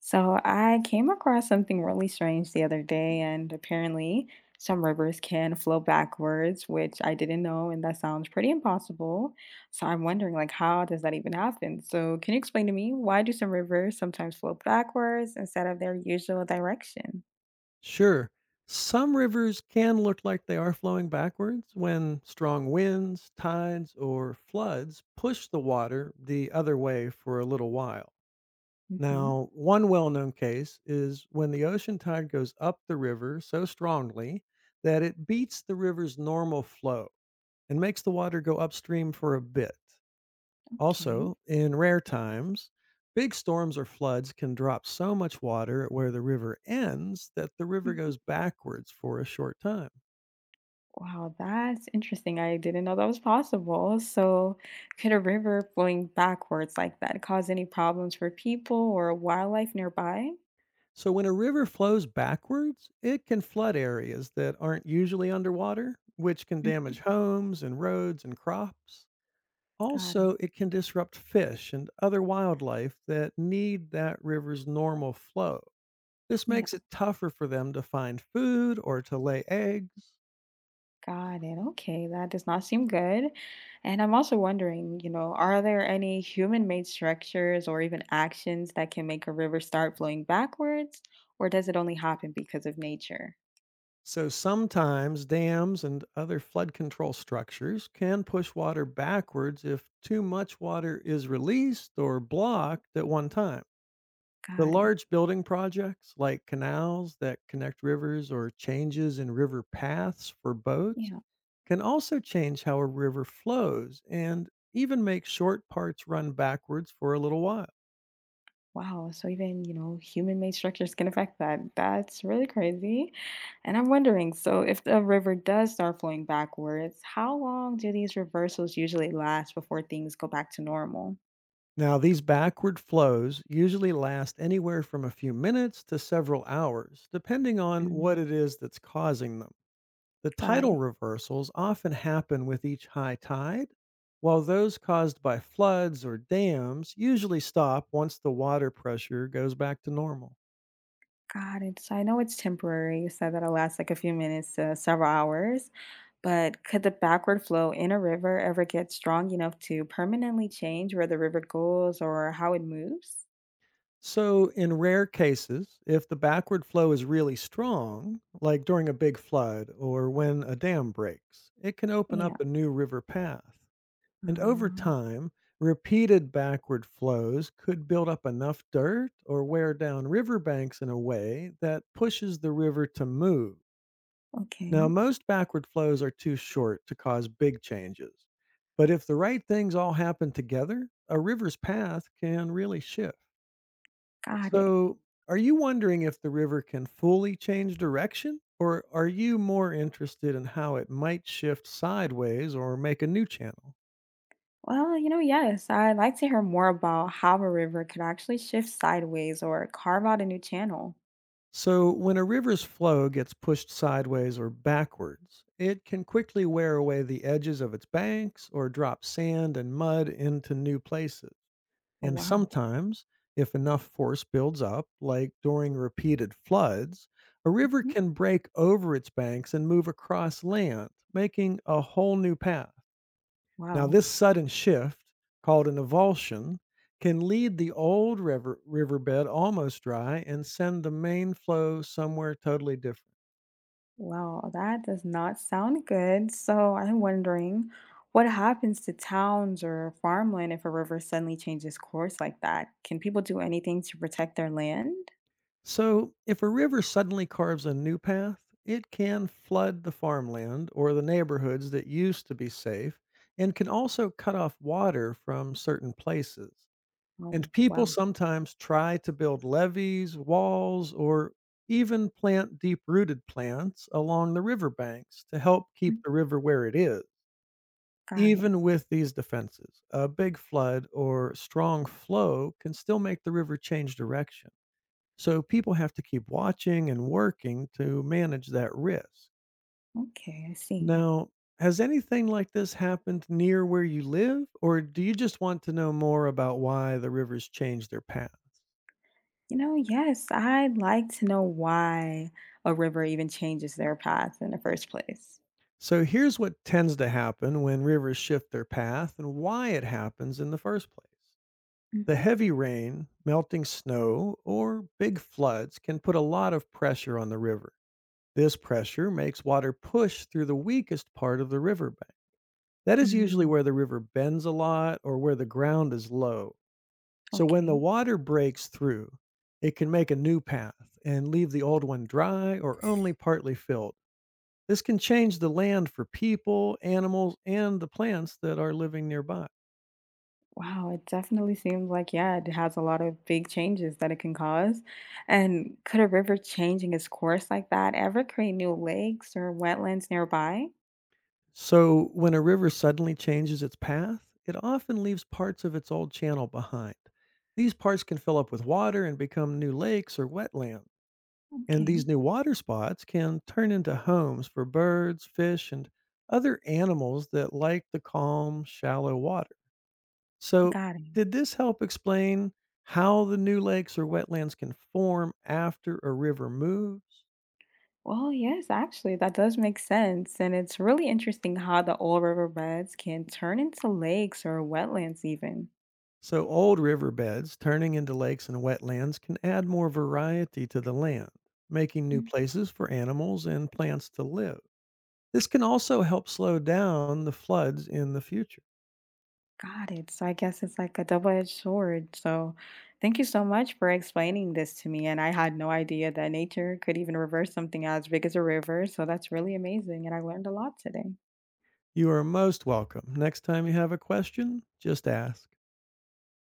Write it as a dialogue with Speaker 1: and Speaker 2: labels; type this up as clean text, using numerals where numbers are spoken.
Speaker 1: So I came across something really strange the other day, and apparently some rivers can flow backwards, which I didn't know, and that sounds pretty impossible. So I'm wondering, how does that even happen? So can you explain to me why do some rivers sometimes flow backwards instead of their usual direction?
Speaker 2: Sure. Some rivers can look like they are flowing backwards when strong winds, tides, or floods push the water the other way for a little while.
Speaker 1: Hmm.
Speaker 2: Now, one well known case is when the ocean tide goes up the river so strongly that it beats the river's normal flow and makes the water go upstream for a bit.
Speaker 1: Okay.
Speaker 2: Also, in rare times, big storms or floods can drop so much water at where the river ends that the river
Speaker 1: Mhm.
Speaker 2: goes backwards for a short time.
Speaker 1: Wow, that's interesting. I didn't know that was possible. So, could a river flowing backwards like that cause any problems for people or wildlife nearby?
Speaker 2: So, when a river flows backwards, it can flood areas that aren't usually underwater, which can
Speaker 1: Mm-hmm.
Speaker 2: damage homes and roads and crops.
Speaker 1: Got
Speaker 2: Also,
Speaker 1: it.
Speaker 2: it can disrupt fish and other wildlife that need that river's normal flow. This
Speaker 1: Yeah,
Speaker 2: makes it tougher for them to find food or to lay eggs.
Speaker 1: got it. Okay, that does not seem good. And I'm also wondering, are there any human-made structures or even actions that can make a river start flowing backwards, or does it only happen because of nature?
Speaker 2: So sometimes dams and other flood control structures can push water backwards if too much water is released or blocked at one time. The
Speaker 1: Got it.
Speaker 2: large building projects like canals that connect rivers or changes in river paths for boats
Speaker 1: Yeah.
Speaker 2: can also change how a river flows and even make short parts run backwards for a little while.
Speaker 1: Wow. So even, human-made structures can affect that. That's really crazy. And I'm wondering, so if the river does start flowing backwards, how long do these reversals usually last before things go back to normal?
Speaker 2: Now, these backward flows usually last anywhere from a few minutes to several hours, depending on what
Speaker 1: Mm,
Speaker 2: it is that's causing them. The
Speaker 1: got
Speaker 2: tidal
Speaker 1: it.
Speaker 2: reversals often happen with each high tide, while those caused by floods or dams usually stop once the water pressure goes back to normal.
Speaker 1: Got it. So I know it's temporary. You said that'll last like a few minutes to several hours, but could the backward flow in a river ever get strong enough to permanently change where the river goes or how it moves?
Speaker 2: So, in rare cases, if the backward flow is really strong, like during a big flood or when a dam breaks, it can open
Speaker 1: Yeah.
Speaker 2: up a new river path. And over
Speaker 1: Um,
Speaker 2: time, repeated backward flows could build up enough dirt or wear down riverbanks in a way that pushes the river to move. Now,
Speaker 1: okay.
Speaker 2: most backward flows are too short to cause big changes. But if the right things all happen together, a river's path can really shift.
Speaker 1: Got it.
Speaker 2: So, are you wondering if the river can fully change direction? Or are you more interested in how it might shift sideways or make a new channel?
Speaker 1: Well, yes, I'd like to hear more about how a river could actually shift sideways or carve out a new channel.
Speaker 2: So, when a river's flow gets pushed sideways or backwards, it can quickly wear away the edges of its banks or drop sand and mud into new places.
Speaker 1: Oh,
Speaker 2: And
Speaker 1: wow.
Speaker 2: sometimes, if enough force builds up, like during repeated floods, a river
Speaker 1: Mhm.
Speaker 2: can break over its banks and move across land, making a whole new path. Now,
Speaker 1: Wow.
Speaker 2: this sudden shift, called an avulsion, can lead the old river, riverbed almost dry and send the main flow somewhere totally different.
Speaker 1: Wow, that does not sound good. So I'm wondering what happens to towns or farmland if a river suddenly changes course like that? Can people do anything to protect their land?
Speaker 2: So, if a river suddenly carves a new path, it can flood the farmland or the neighborhoods that used to be safe and can also cut off water from certain places.
Speaker 1: Oh,
Speaker 2: And people
Speaker 1: wow.
Speaker 2: sometimes try to build levees, walls, or even plant deep rooted plants along the riverbanks to help keep the
Speaker 1: Mhm.
Speaker 2: river where it is.
Speaker 1: Got it.
Speaker 2: Even with these defenses, a big flood or strong flow can still make the river change direction. So people have to keep watching and working to manage that risk.
Speaker 1: Okay, I see.
Speaker 2: Now, has anything like this happened near where you live, or do you just want to know more about why the rivers change their paths?
Speaker 1: Yes, I'd like to know why a river even changes their path in the first place.
Speaker 2: So here's what tends to happen when rivers shift their path and why it happens in the first place.
Speaker 1: Hmm.
Speaker 2: The heavy rain, melting snow, or big floods can put a lot of pressure on the river. This pressure makes water push through the weakest part of the riverbank. That is usually
Speaker 1: Mm,
Speaker 2: where the river bends a lot or where the ground is low. So when
Speaker 1: okay.
Speaker 2: the water breaks through, it can make a new path and leave the old one dry or only partly filled. This can change the land for people, animals, and the plants that are living nearby.
Speaker 1: Wow, it definitely seems like, yeah, it has a lot of big changes that it can cause. And could a river changing its course like that ever create new lakes or wetlands nearby?
Speaker 2: So, when a river suddenly changes its path, it often leaves parts of its old channel behind. These parts can fill up with water and become new lakes or wetlands. And
Speaker 1: Okay,
Speaker 2: these new water spots can turn into homes for birds, fish, and other animals that like the calm, shallow water. So,
Speaker 1: got it.
Speaker 2: did this help explain how the new lakes or wetlands can form after a river moves?
Speaker 1: Well, yes, actually, that does make sense. And it's really interesting how the old riverbeds can turn into lakes or wetlands, even.
Speaker 2: So, old riverbeds turning into lakes and wetlands can add more variety to the land, making new places for animals and plants to live. This can also help slow down the floods in the future.
Speaker 1: Got it. So I guess it's like a double-edged sword. So thank you so much for explaining this to me. And I had no idea that nature could even reverse something as big as a river. So that's really amazing. And I learned a lot today.
Speaker 2: You are most welcome. Next time you have a question, just ask.